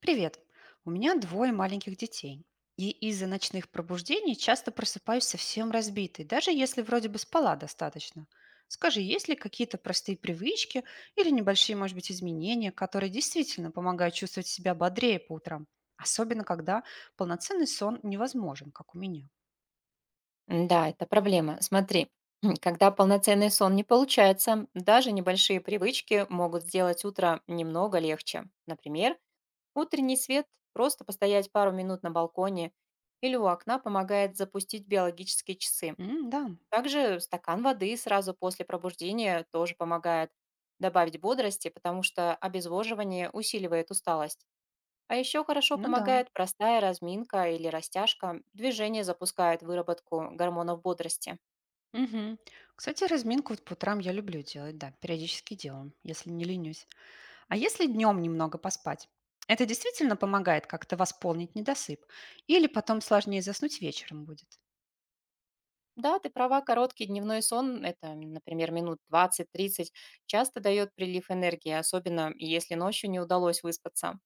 Привет. У меня двое маленьких детей. И из-за ночных пробуждений часто просыпаюсь совсем разбитой, даже если вроде бы спала достаточно. Скажи, есть ли какие-то простые привычки или небольшие, может быть, изменения, которые действительно помогают чувствовать себя бодрее по утрам? Особенно, когда полноценный сон невозможен, как у меня. Да, это проблема. Смотри, когда полноценный сон не получается, даже небольшие привычки могут сделать утро немного легче. Например, утренний свет, просто постоять пару минут на балконе или у окна помогает запустить биологические часы. М, да, Также стакан воды сразу после пробуждения тоже помогает добавить бодрости, потому что обезвоживание усиливает усталость. А еще хорошо ну да. помогает простая разминка или растяжка. Движение запускает выработку гормонов бодрости. Мгм. Кстати, разминку вот по утрам я люблю делать, да, периодически делаю, если не ленюсь. А если днем немного поспать? Это действительно помогает как-то восполнить недосып? Или потом сложнее заснуть вечером будет? Да, ты права, короткий дневной сон, это, например, минут 20-30, часто дает прилив энергии, особенно если ночью не удалось выспаться.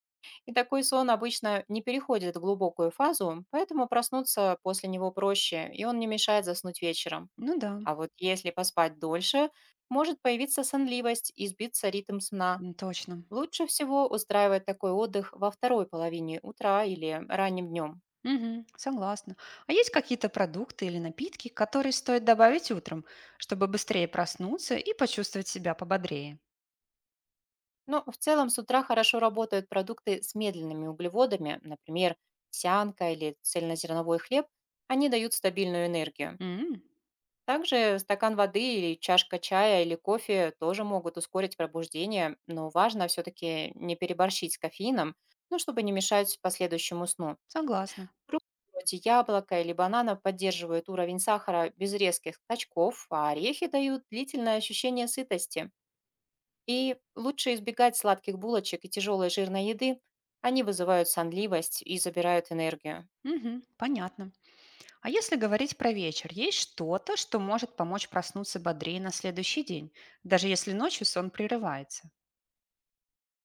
И такой сон обычно не переходит в глубокую фазу, поэтому проснуться после него проще, и он не мешает заснуть вечером. Ну да, А вот если поспать дольше, может появиться сонливость и сбиться ритм сна. м, точно. Лучше всего устраивать такой отдых во второй половине утра или ранним днем. Мгм, согласна. А есть какие-то продукты или напитки, которые стоит добавить утром, чтобы быстрее проснуться и почувствовать себя пободрее? Но в целом с утра хорошо работают продукты с медленными углеводами, например, сянка или цельнозерновой хлеб, они дают стабильную энергию. М, Также стакан воды или чашка чая или кофе тоже могут ускорить пробуждение, но важно все-таки не переборщить с кофеином, ну, чтобы не мешать последующему сну. согласна. Фрукты вроде яблока или банана поддерживают уровень сахара без резких скачков, а орехи дают длительное ощущение сытости. И лучше избегать сладких булочек и тяжелой жирной еды. Они вызывают сонливость и забирают энергию. Мгм, понятно. А если говорить про вечер, есть что-то, что может помочь проснуться бодрее на следующий день, даже если ночью сон прерывается?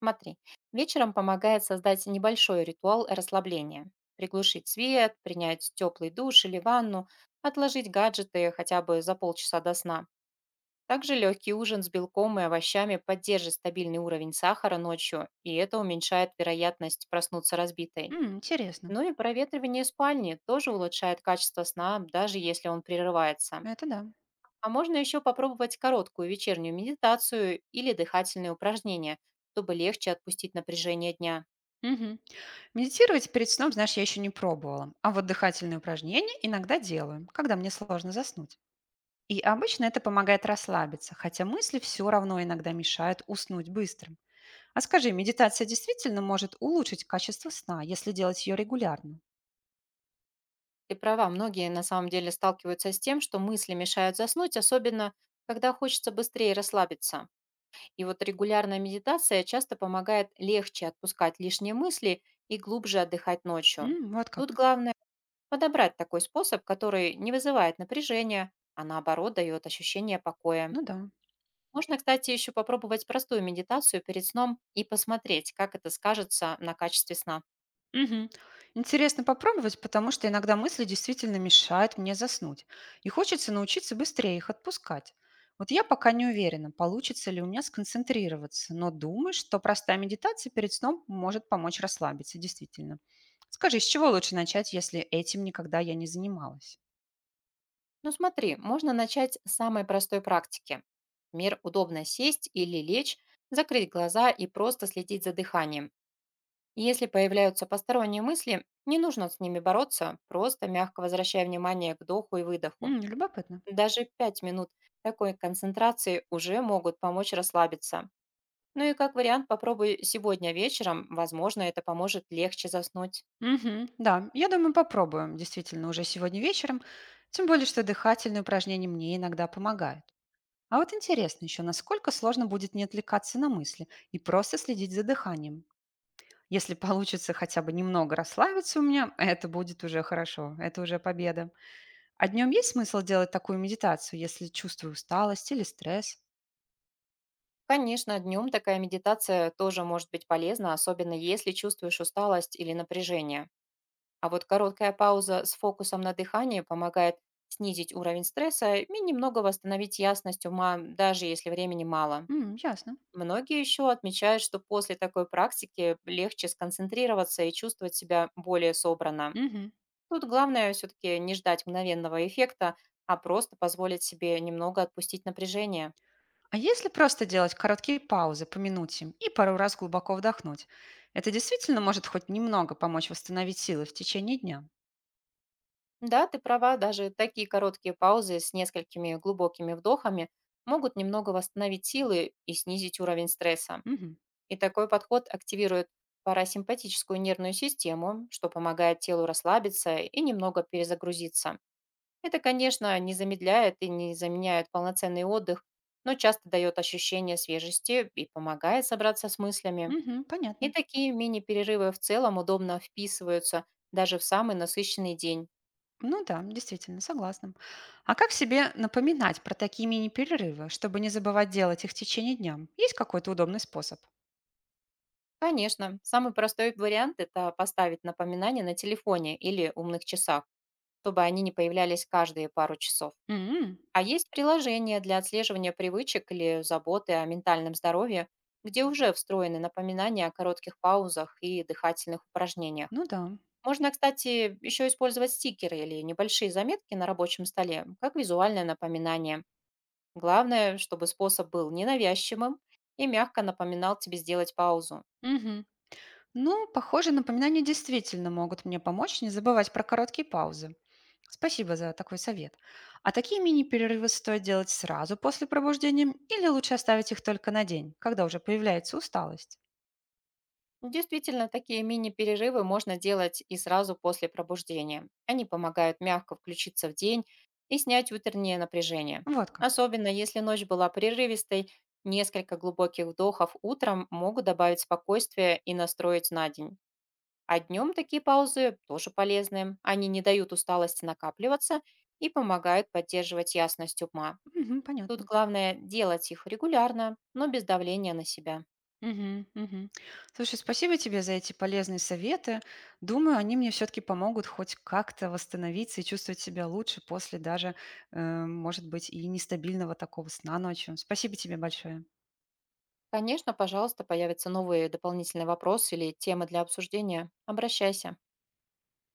Смотри, вечером помогает создать небольшой ритуал расслабления. Приглушить свет, принять теплый душ или ванну, отложить гаджеты хотя бы за полчаса до сна. Также легкий ужин с белком и овощами поддержит стабильный уровень сахара ночью, и это уменьшает вероятность проснуться разбитой. М, интересно. Ну и проветривание спальни тоже улучшает качество сна, даже если он прерывается. Это да. А можно еще попробовать короткую вечернюю медитацию или дыхательные упражнения, чтобы легче отпустить напряжение дня. Мгм. Медитировать перед сном, знаешь, я еще не пробовала. А вот дыхательные упражнения иногда делаю, когда мне сложно заснуть. И обычно это помогает расслабиться, хотя мысли все равно иногда мешают уснуть быстро. А скажи, медитация действительно может улучшить качество сна, если делать ее регулярно? Ты права, многие на самом деле сталкиваются с тем, что мысли мешают заснуть, особенно когда хочется быстрее расслабиться. И вот регулярная медитация часто помогает легче отпускать лишние мысли и глубже отдыхать ночью. М, вот Тут как. главное подобрать такой способ, который не вызывает напряжения, а наоборот дает ощущение покоя. Ну да. Можно, кстати, еще попробовать простую медитацию перед сном и посмотреть, как это скажется на качестве сна. Мгм. Интересно попробовать, потому что иногда мысли действительно мешают мне заснуть. И хочется научиться быстрее их отпускать. Вот я пока не уверена, получится ли у меня сконцентрироваться, но думаю, что простая медитация перед сном может помочь расслабиться, действительно. Скажи, с чего лучше начать, если этим никогда я не занималась? Ну смотри, можно начать с самой простой практики. Мир удобно сесть или лечь, закрыть глаза и просто следить за дыханием. И если появляются посторонние мысли, не нужно с ними бороться, просто мягко возвращая внимание к вдоху и выдоху. М, любопытно. Даже 5 минут такой концентрации уже могут помочь расслабиться. Ну и как вариант попробуй сегодня вечером, возможно, это поможет легче заснуть. Мгм, да, я думаю, попробуем, действительно, уже сегодня вечером. Тем более, что дыхательные упражнения мне иногда помогают. А вот интересно еще, насколько сложно будет не отвлекаться на мысли и просто следить за дыханием. Если получится хотя бы немного расслабиться у меня, это будет уже хорошо, это уже победа. А днем есть смысл делать такую медитацию, если чувствую усталость или стресс? Конечно, днем такая медитация тоже может быть полезна, особенно если чувствуешь усталость или напряжение. А вот короткая пауза с фокусом на дыхании помогает снизить уровень стресса и немного восстановить ясность ума, даже если времени мало. М, ясно. Многие еще отмечают, что после такой практики легче сконцентрироваться и чувствовать себя более собранно. Мгм. Тут главное все-таки не ждать мгновенного эффекта, а просто позволить себе немного отпустить напряжение. А если просто делать короткие паузы по минуте и пару раз глубоко вдохнуть, это действительно может хоть немного помочь восстановить силы в течение дня? Да, ты права, даже такие короткие паузы с несколькими глубокими вдохами могут немного восстановить силы и снизить уровень стресса. Мгм. И такой подход активирует парасимпатическую нервную систему, что помогает телу расслабиться и немного перезагрузиться. Это, конечно, не замедляет и не заменяет полноценный отдых, но часто дает ощущение свежести и помогает собраться с мыслями. Мгм, И понятно. такие мини-перерывы в целом удобно вписываются даже в самый насыщенный день. Ну да, действительно, согласна. А как себе напоминать про такие мини-перерывы, чтобы не забывать делать их в течение дня? Есть какой-то удобный способ? Конечно, самый простой вариант – это поставить напоминания на телефоне или умных часах, чтобы они не появлялись каждые пару часов. М, А есть приложения для отслеживания привычек или заботы о ментальном здоровье, где уже встроены напоминания о коротких паузах и дыхательных упражнениях. ну да. Можно, кстати, еще использовать стикеры или небольшие заметки на рабочем столе, как визуальное напоминание. Главное, чтобы способ был ненавязчивым и мягко напоминал тебе сделать паузу. Мгм. Ну, похоже, напоминания действительно могут мне помочь не забывать про короткие паузы. Спасибо за такой совет. А такие мини-перерывы стоит делать сразу после пробуждения или лучше оставить их только на день, когда уже появляется усталость? Ну, действительно, такие мини-перерывы можно делать и сразу после пробуждения. Они помогают мягко включиться в день и снять утреннее напряжение. Вот как. Особенно если ночь была прерывистой, несколько глубоких вдохов утром могут добавить спокойствие и настроить на день. А днем такие паузы тоже полезны. Они не дают усталости накапливаться и помогают поддерживать ясность ума. Мгм, Тут понятно. главное делать их регулярно, но без давления на себя. Мгм, мгм. Слушай, спасибо тебе за эти полезные советы. Думаю, они мне все-таки помогут хоть как-то восстановиться и чувствовать себя лучше после даже, э, может быть, и нестабильного такого сна ночью. Спасибо тебе большое. Конечно, пожалуйста, появятся новые дополнительные вопросы или темы для обсуждения. Обращайся.